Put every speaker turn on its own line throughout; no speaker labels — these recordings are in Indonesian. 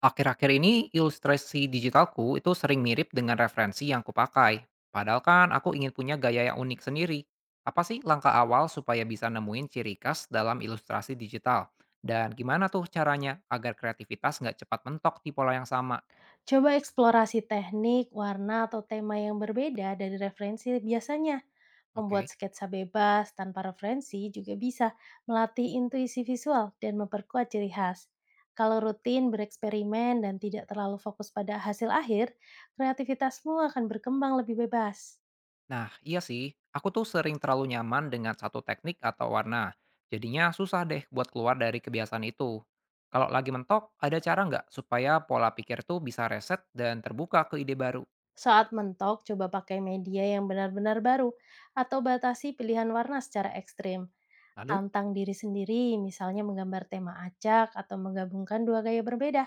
Akhir-akhir ini ilustrasi digitalku itu sering mirip dengan referensi yang kupakai. Padahal kan aku ingin punya gaya yang unik sendiri. Apa sih langkah awal supaya bisa nemuin ciri khas dalam ilustrasi digital? Dan gimana tuh caranya agar kreativitas nggak cepat mentok di pola yang sama?
Coba eksplorasi teknik, warna, atau tema yang berbeda dari referensi biasanya. Membuat
Oke.
sketsa bebas tanpa referensi juga bisa melatih intuisi visual dan memperkuat ciri khas. Kalau rutin bereksperimen dan tidak terlalu fokus pada hasil akhir, kreativitasmu akan berkembang lebih bebas.
Nah, iya sih, aku tuh sering terlalu nyaman dengan satu teknik atau warna. Jadinya susah deh buat keluar dari kebiasaan itu. Kalau lagi mentok, ada cara nggak supaya pola pikir tuh bisa reset dan terbuka ke ide baru?
Saat mentok, coba pakai media yang benar-benar baru atau batasi pilihan warna secara ekstrim.
Lalu.
Tantang diri sendiri, misalnya menggambar tema acak atau menggabungkan dua gaya berbeda.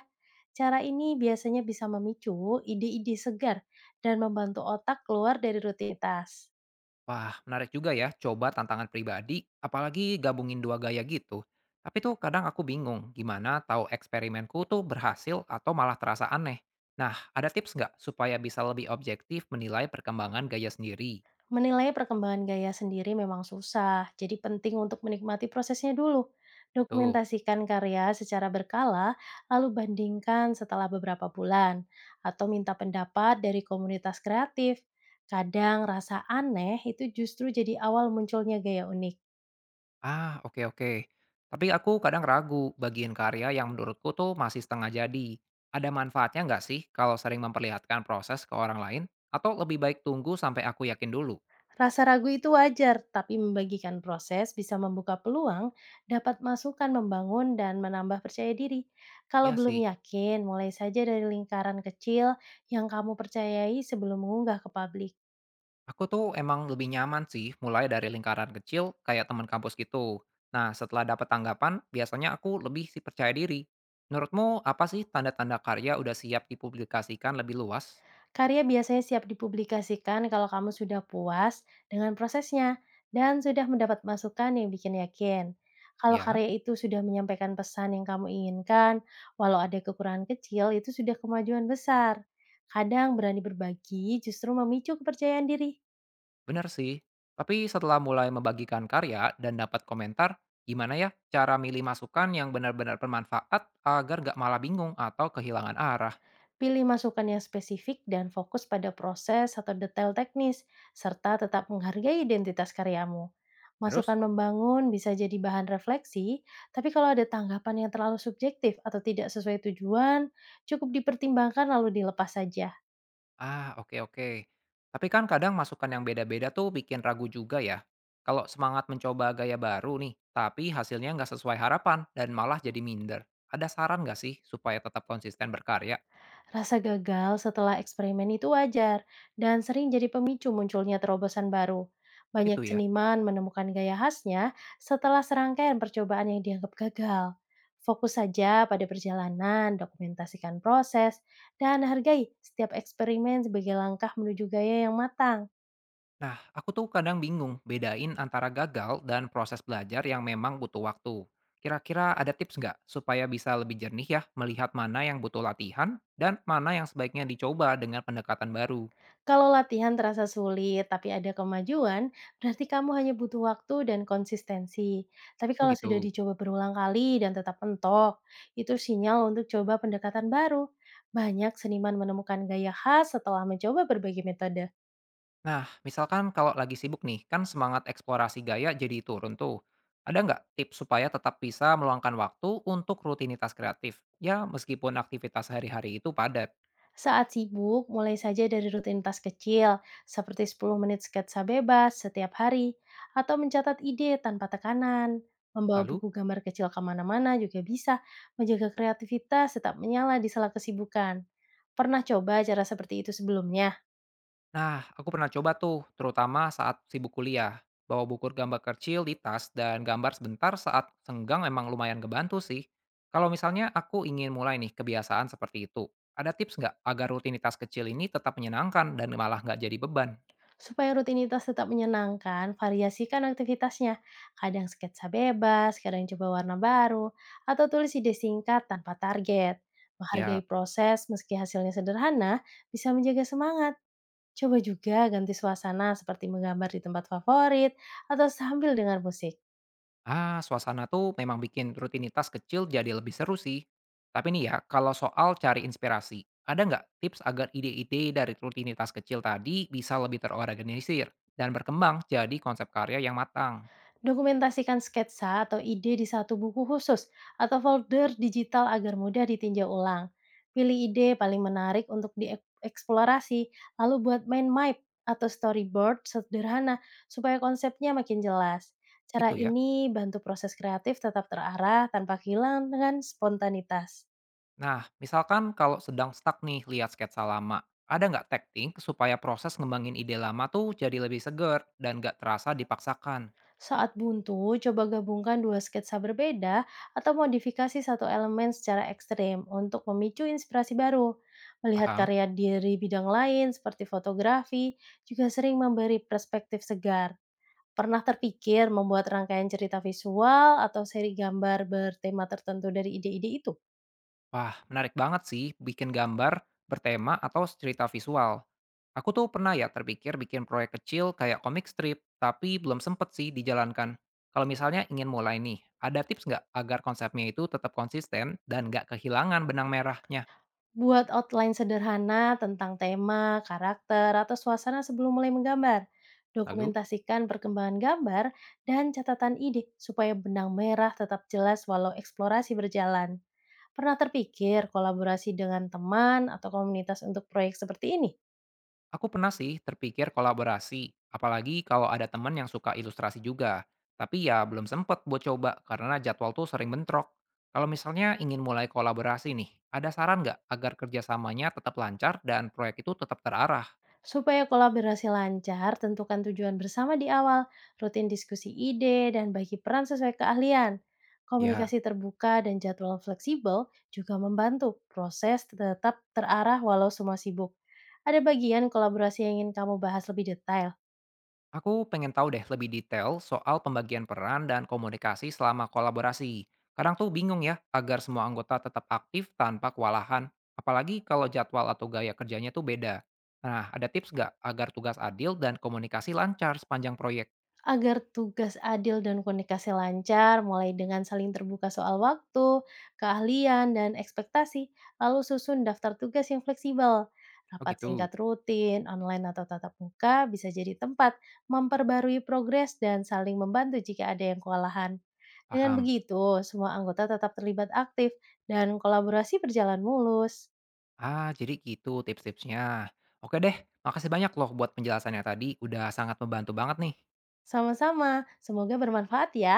Cara ini biasanya bisa memicu ide-ide segar dan membantu otak keluar dari rutinitas.
Wah, menarik juga ya coba tantangan pribadi, apalagi gabungin dua gaya gitu. Tapi tuh kadang aku bingung gimana tahu eksperimenku tuh berhasil atau malah terasa aneh. Nah, ada tips nggak supaya bisa lebih objektif menilai perkembangan gaya sendiri?
Menilai perkembangan gaya sendiri memang susah, jadi penting untuk menikmati prosesnya dulu.
Betul.
Dokumentasikan karya secara berkala, lalu bandingkan setelah beberapa bulan, atau minta pendapat dari komunitas kreatif. Kadang rasa aneh itu justru jadi awal munculnya gaya unik.
Ah, oke oke. Tapi aku kadang ragu bagian karya yang menurutku tuh masih setengah jadi. Ada manfaatnya nggak sih kalau sering memperlihatkan proses ke orang lain? Atau lebih baik tunggu sampai aku yakin dulu?
Rasa ragu itu wajar, tapi membagikan proses bisa membuka peluang, dapat masukan membangun dan menambah percaya diri. Kalau
Ya
belum
sih.
yakin, mulai saja dari lingkaran kecil yang kamu percayai sebelum mengunggah ke publik.
Aku tuh emang lebih nyaman sih mulai dari lingkaran kecil kayak teman kampus gitu. Nah, setelah dapat tanggapan, biasanya aku lebih sih percaya diri. Menurutmu apa sih tanda-tanda karya udah siap dipublikasikan lebih luas?
Karya biasanya siap dipublikasikan kalau kamu sudah puas dengan prosesnya dan sudah mendapat masukan yang bikin yakin. Kalau
Ya,
karya itu sudah menyampaikan pesan yang kamu inginkan, walau ada kekurangan kecil, itu sudah kemajuan besar. Kadang berani berbagi justru memicu kepercayaan diri.
bener sih. Tapi setelah mulai membagikan karya dan dapat komentar, gimana ya cara milih masukan yang benar-benar bermanfaat agar nggak malah bingung atau kehilangan arah?
Pilih masukan yang spesifik dan fokus pada proses atau detail teknis, serta tetap menghargai identitas karyamu. Masukan
Terus?
membangun bisa jadi bahan refleksi, tapi kalau ada tanggapan yang terlalu subjektif atau tidak sesuai tujuan, cukup dipertimbangkan lalu dilepas saja.
Ah, oke oke. Tapi kan kadang masukan yang beda-beda tuh bikin ragu juga ya. Kalau semangat mencoba gaya baru nih, tapi hasilnya nggak sesuai harapan dan malah jadi minder. Ada saran nggak sih supaya tetap konsisten berkarya?
Rasa gagal setelah eksperimen itu wajar dan sering jadi pemicu munculnya terobosan baru. Banyak
Itu ya.
seniman menemukan gaya khasnya setelah serangkaian percobaan yang dianggap gagal. Fokus saja pada perjalanan, dokumentasikan proses, dan hargai setiap eksperimen sebagai langkah menuju gaya yang matang.
Nah, aku tuh kadang bingung bedain antara gagal dan proses belajar yang memang butuh waktu. Kira-kira ada tips nggak supaya bisa lebih jernih ya melihat mana yang butuh latihan dan mana yang sebaiknya dicoba dengan pendekatan baru?
Kalau latihan terasa sulit tapi ada kemajuan, berarti kamu hanya butuh waktu dan konsistensi. Tapi
Oh
kalau sudah
gitu.
dicoba berulang kali dan tetap mentok, itu sinyal untuk coba pendekatan baru. Banyak seniman menemukan gaya khas setelah mencoba berbagai metode.
Nah, misalkan kalau lagi sibuk nih, kan semangat eksplorasi gaya jadi turun tuh. Ada nggak tips supaya tetap bisa meluangkan waktu untuk rutinitas kreatif? Ya, meskipun aktivitas sehari-hari itu padat.
Saat sibuk, mulai saja dari rutinitas kecil, seperti 10 menit sketsa bebas setiap hari, atau mencatat ide tanpa tekanan. Membawa
Lalu,
buku gambar kecil kemana-mana juga bisa menjaga kreativitas tetap menyala di sela kesibukan. Pernah coba cara seperti itu sebelumnya?
nah aku pernah coba tuh, terutama saat sibuk kuliah. Bawa buku gambar kecil di tas dan gambar sebentar saat senggang memang lumayan ngebantu sih. Kalau misalnya aku ingin mulai nih kebiasaan seperti itu, ada tips nggak agar rutinitas kecil ini tetap menyenangkan dan malah nggak jadi beban?
Supaya rutinitas tetap menyenangkan, variasikan aktivitasnya. Kadang sketsa bebas, kadang coba warna baru, atau tulis ide singkat tanpa target. Menghargai
Siap.
proses meski hasilnya sederhana, bisa menjaga semangat. Coba juga ganti suasana seperti menggambar di tempat favorit atau sambil dengar musik.
Ah, suasana tuh memang bikin rutinitas kecil jadi lebih seru sih. Tapi nih ya, kalau soal cari inspirasi, ada nggak tips agar ide-ide dari rutinitas kecil tadi bisa lebih terorganisir dan berkembang jadi konsep karya yang matang?
Dokumentasikan sketsa atau ide di satu buku khusus atau folder digital agar mudah ditinjau ulang. Pilih ide paling menarik untuk dieksplorasi, lalu buat mind map atau storyboard sederhana supaya konsepnya makin jelas. Cara
Gitu ya.
ini bantu proses kreatif tetap terarah tanpa hilang dengan spontanitas.
Nah, misalkan kalau sedang stuck nih lihat sketsa lama, ada nggak teknik supaya proses ngembangin ide lama tuh jadi lebih seger dan nggak terasa dipaksakan?
Saat buntu, coba gabungkan dua sketsa berbeda atau modifikasi satu elemen secara ekstrem untuk memicu inspirasi baru. Melihat
Paham?
karya dari bidang lain seperti fotografi juga sering memberi perspektif segar. Pernah terpikir membuat rangkaian cerita visual atau seri gambar bertema tertentu dari ide-ide itu?
Wah, menarik banget sih bikin gambar bertema atau cerita visual. Aku tuh pernah ya terpikir bikin proyek kecil kayak komik strip, tapi belum sempet sih dijalankan. Kalau misalnya ingin mulai nih, ada tips nggak agar konsepnya itu tetap konsisten dan nggak kehilangan benang merahnya?
Buat outline sederhana tentang tema, karakter, atau suasana sebelum mulai menggambar.
Lalu?
Dokumentasikan perkembangan gambar dan catatan ide supaya benang merah tetap jelas walau eksplorasi berjalan. Pernah terpikir kolaborasi dengan teman atau komunitas untuk proyek seperti ini?
Aku pernah sih terpikir kolaborasi, apalagi kalau ada teman yang suka ilustrasi juga. Tapi ya belum sempet buat coba karena jadwal tuh sering bentrok. Kalau misalnya ingin mulai kolaborasi nih, ada saran nggak agar kerjasamanya tetap lancar dan proyek itu tetap terarah?
Supaya kolaborasi lancar, tentukan tujuan bersama di awal, rutin diskusi ide, dan bagi peran sesuai keahlian.
Ya.
Komunikasi terbuka dan jadwal fleksibel juga membantu proses tetap terarah walau semua sibuk. Ada bagian kolaborasi yang ingin kamu bahas lebih detail.
Aku pengen tahu deh lebih detail soal pembagian peran dan komunikasi selama kolaborasi. Kadang tuh bingung ya agar semua anggota tetap aktif tanpa kewalahan. Apalagi kalau jadwal atau gaya kerjanya tuh beda. Nah, ada tips nggak agar tugas adil dan komunikasi lancar sepanjang proyek?
Agar tugas adil dan komunikasi lancar, mulai dengan saling terbuka soal waktu, keahlian, dan ekspektasi, lalu susun daftar tugas yang fleksibel.
Oh
Rapat
gitu,
singkat rutin, online atau tatap muka bisa jadi tempat memperbarui progres dan saling membantu jika ada yang kewalahan. Dengan
paham.
begitu, semua anggota tetap terlibat aktif dan kolaborasi berjalan mulus.
Ah, jadi gitu tips-tipsnya. Oke deh, makasih banyak loh buat penjelasannya tadi. Udah sangat membantu banget nih.
Sama-sama, semoga bermanfaat ya.